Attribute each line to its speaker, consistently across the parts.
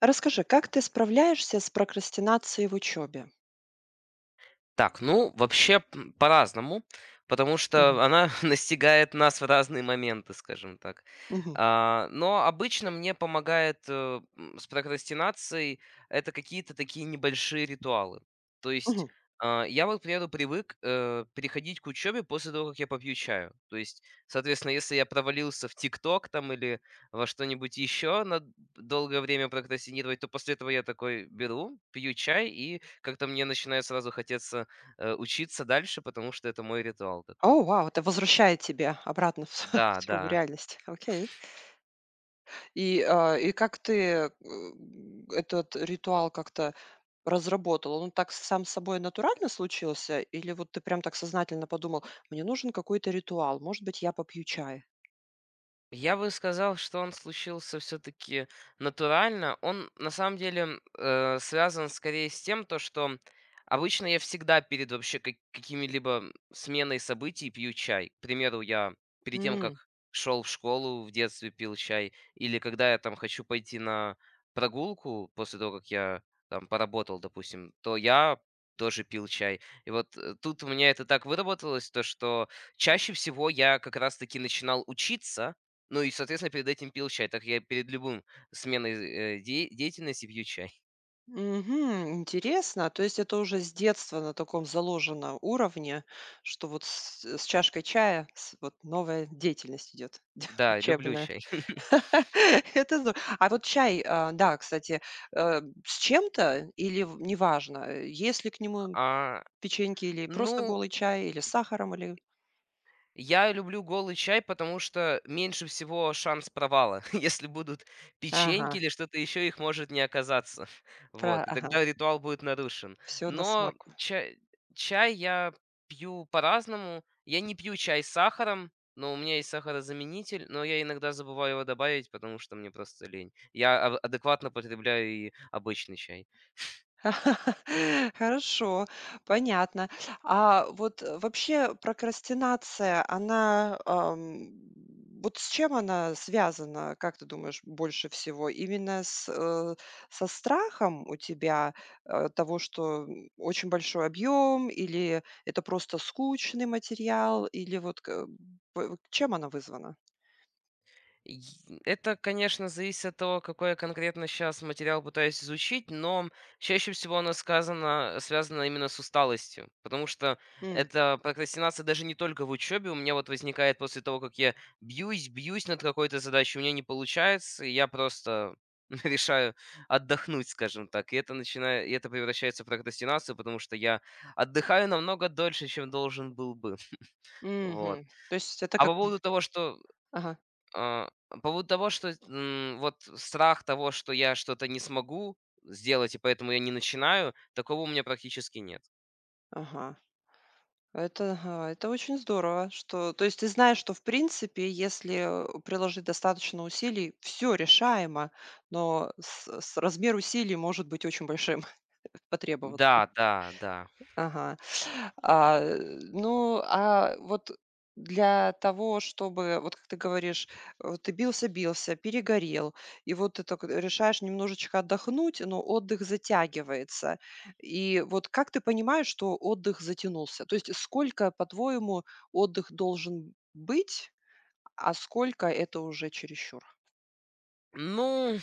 Speaker 1: Расскажи, как ты справляешься с прокрастинацией в учебе?
Speaker 2: Так, ну, вообще, по-разному, потому
Speaker 1: Мгм.
Speaker 2: что она настигает нас в разные моменты, скажем так.
Speaker 1: Мгм.
Speaker 2: А, но обычно мне помогает с прокрастинацией это какие-то такие небольшие ритуалы. То есть
Speaker 1: Мгм.
Speaker 2: я вот, к примеру, привык переходить к учебе после того, как я попью чаю. То есть, соответственно, если я провалился в ТикТок там или во что-нибудь еще на долгое время прокрастинировать, то после этого я такой беру, пью чай, и как-то мне начинает сразу хотеться учиться дальше, потому что это мой ритуал такой.
Speaker 1: О, вау, это возвращает тебя обратно в в
Speaker 2: Да,
Speaker 1: суровую
Speaker 2: да.
Speaker 1: реальность. Окей. И как ты этот ритуал как-то разработал? Он так сам собой натурально случился? Или вот ты прям так сознательно подумал, мне нужен какой-то ритуал, может быть, я попью чай?
Speaker 2: Я бы сказал, что он случился все-таки натурально. Он на самом деле связан скорее с тем, то, что обычно я всегда перед вообще какими-либо сменой событий пью чай. К примеру, я перед тем, как шел в школу, в детстве пил чай, или когда я там хочу пойти на прогулку после того, как я там поработал, допустим, то я тоже пил чай. И вот тут у меня это так выработалось, то что чаще всего я как раз-таки начинал учиться, ну и, соответственно, перед этим пил чай. Так я перед любым сменой, э, де деятельности пью чай.
Speaker 1: Мгм. Интересно. То есть это уже с детства на таком заложенном уровне, что вот с чашкой чая вот новая деятельность идет
Speaker 2: Да, люблю
Speaker 1: учебная.
Speaker 2: чай.
Speaker 1: Это здорово. А вот чай, да, кстати, с чем-то или неважно, есть ли к нему
Speaker 2: А,
Speaker 1: печеньки или просто
Speaker 2: ну
Speaker 1: голый чай, или с сахаром, или...
Speaker 2: Я люблю голый чай, потому что меньше всего шанс провала. Если будут
Speaker 1: Ага,
Speaker 2: печеньки или что-то еще, их может не оказаться. Вот, и
Speaker 1: ага,
Speaker 2: тогда ритуал будет нарушен.
Speaker 1: все на
Speaker 2: Но
Speaker 1: смарку.
Speaker 2: чай я пью по-разному. Я не пью чай с сахаром, но у меня есть сахарозаменитель, но я иногда забываю его добавить, потому что мне просто лень. Я адекватно потребляю и обычный чай.
Speaker 1: Хорошо, понятно. А вот, вообще прокрастинация, она, вот с чем она связана, как ты думаешь, больше всего? Именно со страхом у тебя, того, что очень большой объем, или это просто скучный материал, или вот к п чем она вызвана?
Speaker 2: Это, конечно, зависит от того, какой я конкретно сейчас материал пытаюсь изучить, но чаще всего оно сказано, связано именно с усталостью, потому что
Speaker 1: М,
Speaker 2: эта прокрастинация даже не только в учебе, у меня вот возникает после того, как я бьюсь над какой-то задачей, у меня не получается, и я просто решаю отдохнуть, скажем так, и это начинает, и это превращается в прокрастинацию, потому что я отдыхаю намного дольше, чем должен был бы, вот.
Speaker 1: мгм. То есть это
Speaker 2: А
Speaker 1: как.
Speaker 2: по поводу того, что
Speaker 1: Ага,
Speaker 2: по поводу того, что, вот страх того, что я что-то не смогу сделать, и поэтому я не начинаю, такого у меня практически нет.
Speaker 1: ага. Это, ага, это очень здорово, что, то есть ты знаешь, что в принципе, если приложить достаточно усилий, все решаемо, но размер усилий может быть очень большим потребоваться.
Speaker 2: Да, да, да.
Speaker 1: Ага. А вот для того, чтобы, вот как ты говоришь, ты бился-бился, перегорел, и вот ты так решаешь немножечко отдохнуть, но отдых затягивается. И вот как ты понимаешь, что отдых затянулся? То есть сколько, по-твоему, отдых должен быть, а сколько это уже чересчур?
Speaker 2: Ну,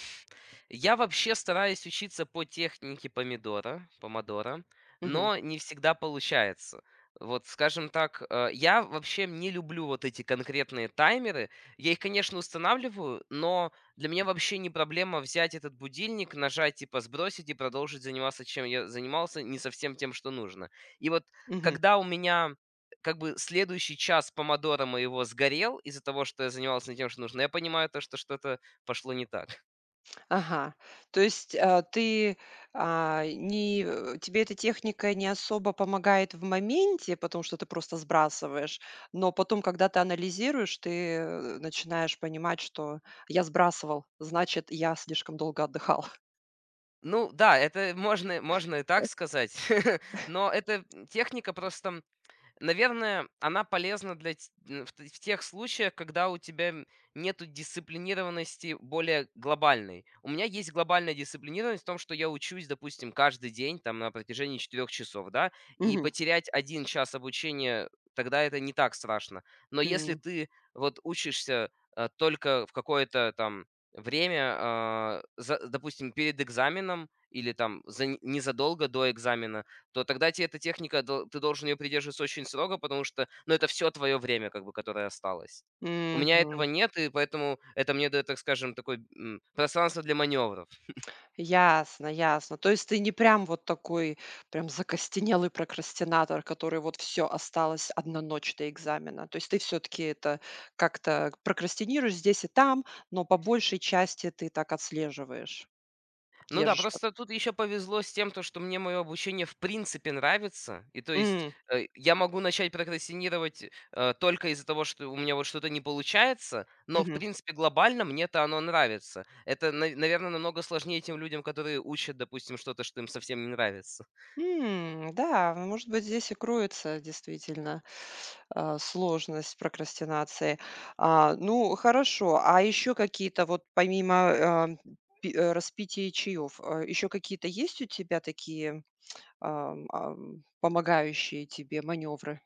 Speaker 2: я вообще стараюсь учиться по технике помидора, помодоро,
Speaker 1: Мгм.
Speaker 2: но не всегда получается. Вот, скажем так, я вообще не люблю вот эти конкретные таймеры. Я их, конечно, устанавливаю, но для меня вообще не проблема взять этот будильник, нажать, типа, сбросить и продолжить заниматься, чем я занимался, не совсем тем, что нужно. И вот
Speaker 1: Мгм.
Speaker 2: когда у меня как бы следующий час помодора моего сгорел из-за того, что я занимался не тем, что нужно, я понимаю то, что что-то пошло не так.
Speaker 1: Ага. То есть, а, ты, а, не э, тебе эта техника не особо помогает в моменте, потому что ты просто сбрасываешь, но потом, когда ты анализируешь, ты начинаешь понимать, что я сбрасывал, значит, я слишком долго отдыхал.
Speaker 2: Ну да, это можно и так сказать, но эта техника просто наверное, она полезна для ть м, в т в тех случаях, когда у тебя н нету дисциплинированности более глобальной. У меня есть глобальная дисциплинированность в том, что я учусь, допустим, каждый день там на протяжении 4 часов, да, и
Speaker 1: Мгм.
Speaker 2: потерять 1 час обучения, тогда это не так страшно. Но если
Speaker 1: М.
Speaker 2: ты вот учишься, только в какое-то там время, а, за допустим, перед экзаменом или там незадолго до экзамена, то тогда тебе эта техника, дол ты должен ее придерживаться очень строго, потому что, ну, это все твое время, как бы, которое осталось. У меня этого
Speaker 1: Мгм.
Speaker 2: нет, и поэтому это мне даёт, так скажем, такой, пространство для маневров.
Speaker 1: Ясно, ясно. То есть ты не прям вот такой прям закостенелый прокрастинатор, который вот все осталось одна ночь до экзамена. То есть ты все-таки это как-то прокрастинируешь здесь и там, но по большей части ты так отслеживаешь,
Speaker 2: Ну да,
Speaker 1: держишь под.
Speaker 2: просто тут еще повезло с тем, то что мне моё обучение в принципе нравится. И то есть,
Speaker 1: М,
Speaker 2: я могу начать прокрастинировать, только из-за того, что у меня вот что-то не получается, но в
Speaker 1: мгм.
Speaker 2: принципе глобально мне-то оно нравится. Это, наверное, намного сложнее тем людям, которые учат, допустим, что-то, что им совсем не нравится.
Speaker 1: Да, ну, может быть, здесь и кроется действительно, сложность прокрастинации. Хорошо, а еще какие-то вот помимо, а, распития чаев, еще какие-то есть у тебя такие, помогающие тебе маневры?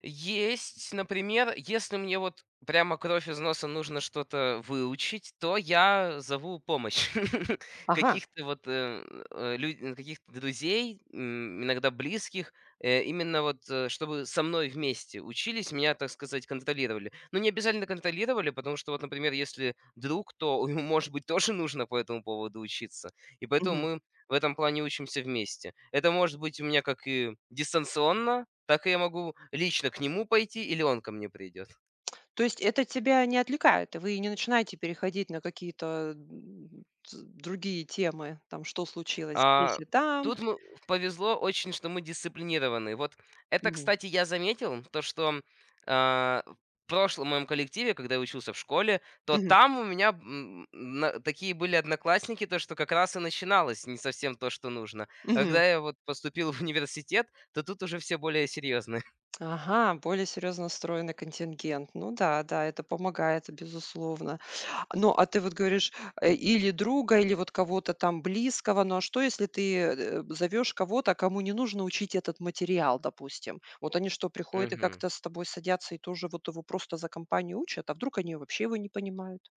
Speaker 2: Есть, например, если мне вот прямо кровь из носа нужно что-то выучить, то я зову помощь
Speaker 1: Ага,
Speaker 2: каких-то вот каких-то друзей, иногда близких, именно вот чтобы со мной вместе учились, меня, так сказать, контролировали. Ну, не обязательно контролировали, потому что вот, например, если друг, то ему, может быть, тоже нужно по этому поводу учиться. И поэтому
Speaker 1: мгм.
Speaker 2: мы в этом плане учимся вместе. Это может быть у меня как и дистанционно, так и я могу лично к нему пойти или он ко мне придет.
Speaker 1: То есть это тебя не отвлекает, и вы не начинаете переходить на какие-то, м, ц другие темы, там, что случилось здесь
Speaker 2: А,
Speaker 1: и там?
Speaker 2: Тут мы повезло очень, что мы дисциплинированы. Вот это,
Speaker 1: Мгм,
Speaker 2: кстати, я заметил, то, что в прошлом моем коллективе, когда я учился в школе, то
Speaker 1: мгм,
Speaker 2: там у меня такие были одноклассники, то, что как раз и начиналось не совсем то, что нужно. А
Speaker 1: мгм.
Speaker 2: когда я вот поступил в университет, то тут уже все более серьезные.
Speaker 1: Ага, более серьезно настроенный контингент. Ну да, да, это помогает, безусловно. Ну, а ты вот говоришь, или друга, или вот кого-то там близкого. Ну, а что, если ты зовешь кого-то, кому не нужно учить этот материал, допустим? Вот они что, приходят и как-то с тобой садятся и тоже вот его просто за компанию учат, а вдруг они вообще его не понимают?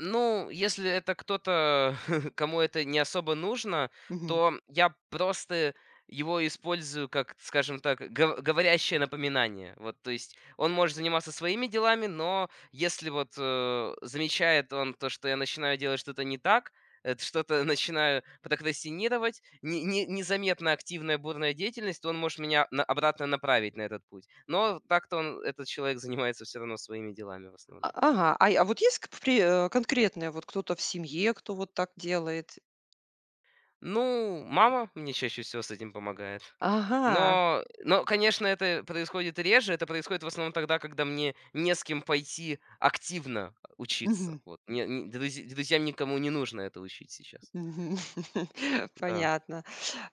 Speaker 2: Ну, если это кто-то, кому это не особо нужно,
Speaker 1: Мгм.
Speaker 2: то я просто его использую как, скажем так, говорящее напоминание. Вот, то есть он может заниматься своими делами, но если вот замечает он то, что я начинаю делать что-то не так, что-то начинаю прокрастинировать, незаметно активная бурная деятельность, то он может меня обратно направить на этот путь. Но так-то он, этот человек занимается все равно своими делами в основном.
Speaker 1: Ага, а вот есть конкретные, вот кто-то в семье, кто вот так делает?
Speaker 2: Ну, мама мне чаще всего с этим помогает.
Speaker 1: Ага.
Speaker 2: Но, конечно, это происходит реже. Это происходит в основном тогда, когда мне не с кем пойти активно учиться.
Speaker 1: Мгм.
Speaker 2: Вот. Друзьям никому не нужно это учить сейчас.
Speaker 1: Мгм.
Speaker 2: Да.
Speaker 1: Понятно.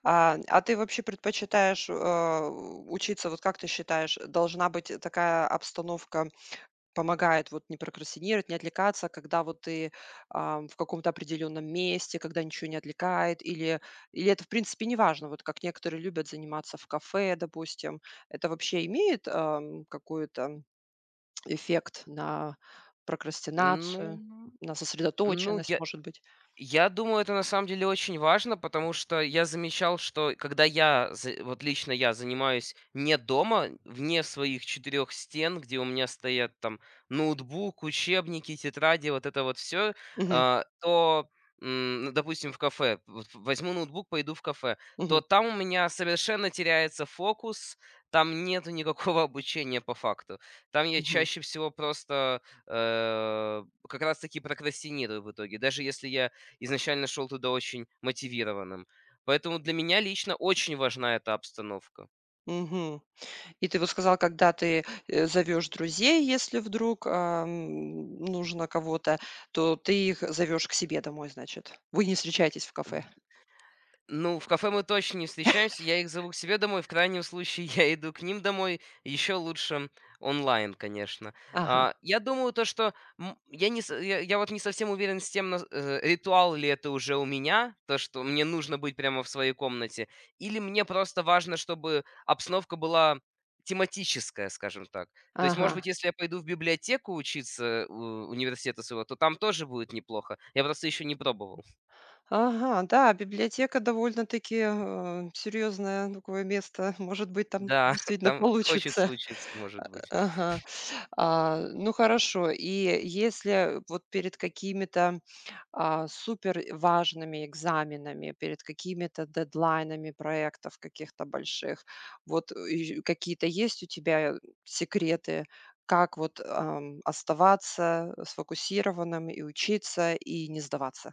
Speaker 1: А ты вообще предпочитаешь, учиться, вот как ты считаешь, должна быть такая обстановка, помогает вот не прокрастинировать, не отвлекаться, когда вот ты в каком-то определенном месте, когда ничего не отвлекает, или, или это в принципе не важно? Вот как некоторые любят заниматься в кафе, допустим, это вообще имеет, какой-то эффект на прокрастинацию,
Speaker 2: Ну,
Speaker 1: на
Speaker 2: ну
Speaker 1: сосредоточенность,
Speaker 2: я,
Speaker 1: может быть?
Speaker 2: Я думаю, это на самом деле очень важно, потому что я замечал, что когда я, вот лично я занимаюсь не дома, вне своих четырех стен, где у меня стоят там ноутбук, учебники, тетради, вот это вот все,
Speaker 1: Мгм.
Speaker 2: то, ну, допустим, в кафе, вот возьму ноутбук, пойду в кафе,
Speaker 1: Мгм.
Speaker 2: то там у меня совершенно теряется фокус, там нету никакого обучения по факту. Там я
Speaker 1: Мгм.
Speaker 2: чаще всего просто как раз-таки прокрастинирую в итоге. Даже если я изначально шел туда очень мотивированным. Поэтому для меня лично очень важна эта обстановка.
Speaker 1: Мгм. И ты вот сказал, когда ты зовёшь друзей, если вдруг, нужно кого-то, то ты их зовёшь к себе домой, значит. Вы не встречаетесь в кафе?
Speaker 2: Ну, в кафе мы точно не встречаемся. Я их зову к себе домой. В крайнем случае, я иду к ним домой. Еще лучше онлайн, конечно.
Speaker 1: Ага,
Speaker 2: Я думаю, то, что я вот не совсем уверен с тем, ритуал ли это уже у меня, то, что мне нужно быть прямо в своей комнате, или мне просто важно, чтобы обстановка была тематическая, скажем так. То есть,
Speaker 1: ага,
Speaker 2: может быть, если я пойду в библиотеку учиться у университета своего, то там тоже будет неплохо. Я просто еще не пробовал.
Speaker 1: ага, да, библиотека довольно-таки, серьёзное такое место. Может быть, там
Speaker 2: Да,
Speaker 1: действительно
Speaker 2: там хочется
Speaker 1: получится.
Speaker 2: учиться,
Speaker 1: А,
Speaker 2: может быть.
Speaker 1: ага. Хорошо. И если вот перед какими-то супер важными экзаменами, перед какими-то дедлайнами проектов каких-то больших. Вот и какие-то есть у тебя секреты, как вот оставаться сфокусированным, и учиться, и не сдаваться?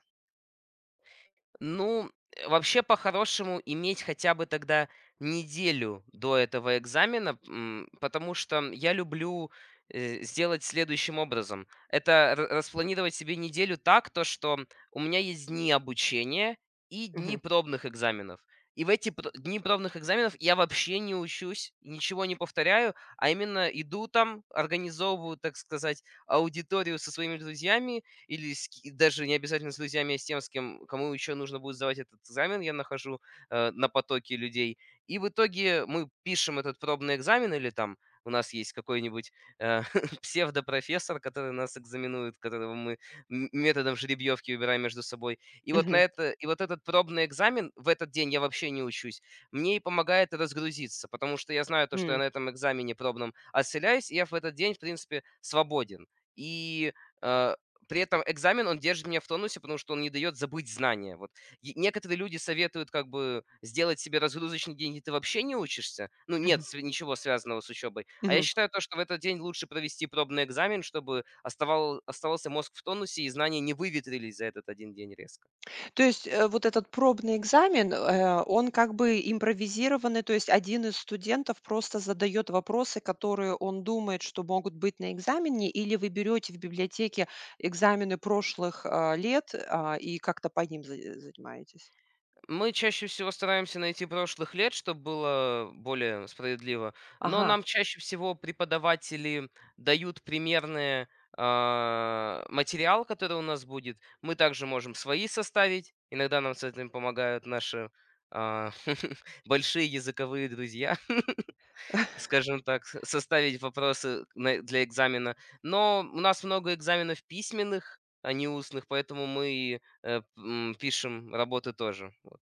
Speaker 2: Ну, вообще, по-хорошему, иметь хотя бы тогда неделю до этого экзамена, потому что я люблю сделать следующим образом. Это распланировать себе неделю так, то что у меня есть дни обучения и дни
Speaker 1: Мгм.
Speaker 2: пробных экзаменов. И в эти дни пробных экзаменов я вообще не учусь, ничего не повторяю, а именно иду там, организовываю, так сказать, аудиторию со своими друзьями или с ки даже не обязательно с друзьями, а с тем, с кем кому еще нужно будет сдавать этот экзамен, я нахожу, на потоке людей. И в итоге мы пишем этот пробный экзамен или там у нас есть какой-нибудь, э, псевдопрофессор, который нас экзаменует, которого мы методом жеребьевки выбираем между собой. И вот на
Speaker 1: Мгм.
Speaker 2: это и вот этот пробный экзамен, в этот день я вообще не учусь, мне и помогает разгрузиться, потому что я знаю то, что я
Speaker 1: М.
Speaker 2: на этом экзамене пробном отсыляюсь, и я в этот день, в принципе, свободен. И, э, при этом экзамен, он держит меня в тонусе, потому что он не дает забыть знания. Вот е некоторые люди советуют как бы сделать себе разгрузочный день, и ты вообще не учишься. Ну, нет
Speaker 1: Мгм.
Speaker 2: св ничего связанного с учебой. А я
Speaker 1: Мгм.
Speaker 2: считаю то, что в этот день лучше провести пробный экзамен, чтобы оставался мозг в тонусе и знания не выветрились за этот один день резко.
Speaker 1: То есть вот этот пробный экзамен, он как бы импровизированный, то есть один из студентов просто задает вопросы, которые он думает, что могут быть на экзамене, или вы берете в библиотеке экзамены прошлых, лет, и как-то по ним занимаетесь?
Speaker 2: Мы чаще всего стараемся найти прошлых лет, чтобы было более справедливо. Но
Speaker 1: Ага.
Speaker 2: нам чаще всего преподаватели дают примерные материал, который у нас будет. Мы также можем свои составить. Иногда нам с этим помогают наши а, большие языковые друзья, скажем так, составить вопросы для экзамена. Но у нас много экзаменов письменных, а не устных, поэтому мы пишем работы тоже. Вот.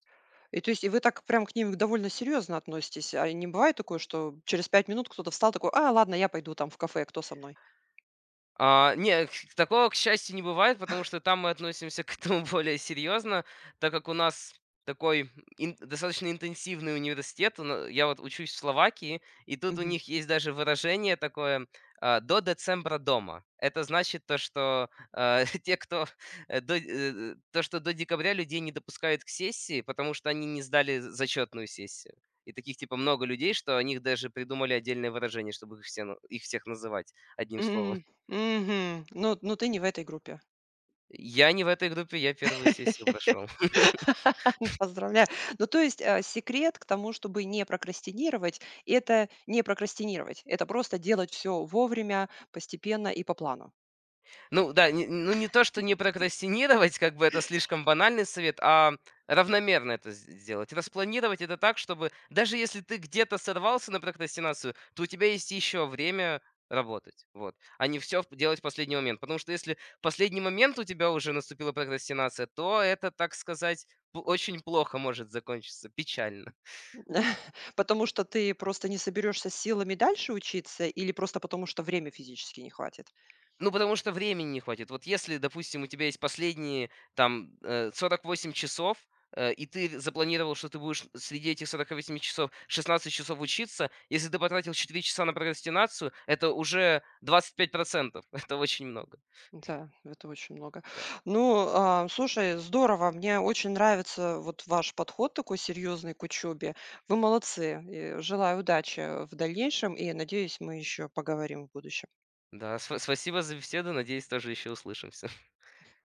Speaker 1: И то есть и вы так прям к ним довольно серьезно относитесь, а не бывает такое, что через 5 минут кто-то встал такой: "А, ладно, я пойду там в кафе, кто со мной?"
Speaker 2: А, не, К такого, к счастью, не бывает, потому что там мы относимся к этому более серьезно, так как у нас такой ин достаточно интенсивный университет. У на Я вот учусь в Словакии, и тут у
Speaker 1: Мгм.
Speaker 2: них есть даже выражение такое, «до децембра дома». Это значит то, что, те, кто, то, что до декабря людей не допускают к сессии, потому что они не сдали зачетную сессию. И таких, типа, много людей, что о них даже придумали отдельное выражение, чтобы их всех называть одним словом.
Speaker 1: Мгм. Ну, ну ты не в этой группе.
Speaker 2: Я не в этой группе, я 1 сессию прошел.
Speaker 1: Ну, поздравляю. Ну, то есть, секрет к тому, чтобы не прокрастинировать — это не прокрастинировать. Это просто делать все вовремя, постепенно и по плану.
Speaker 2: Ну да, не то, что не прокрастинировать, как бы это слишком банальный совет, а равномерно это с сделать. Распланировать это так, чтобы даже если ты где-то сорвался на прокрастинацию, то у тебя есть еще время работать, вот, а не все делать в последний момент. Потому что если в последний момент у тебя уже наступила прокрастинация, то это, так сказать, п очень плохо может закончиться, печально.
Speaker 1: Потому что ты просто не соберешься с силами дальше учиться или просто потому, что время физически не хватит?
Speaker 2: Ну, потому что времени не хватит. Вот если, допустим, у тебя есть последние там 48 часов, и ты запланировал, что ты будешь среди этих 48 часов 16 часов учиться, если ты потратил 4 часа на прокрастинацию, это уже 25%. Это очень много.
Speaker 1: Да, это очень много.
Speaker 2: Да,
Speaker 1: Ну, слушай, здорово. Мне очень нравится вот ваш подход такой серьезный к учебе. Вы молодцы. И желаю удачи в дальнейшем, и, надеюсь, мы еще поговорим в будущем.
Speaker 2: да, спасибо за беседу. Надеюсь, тоже еще услышимся.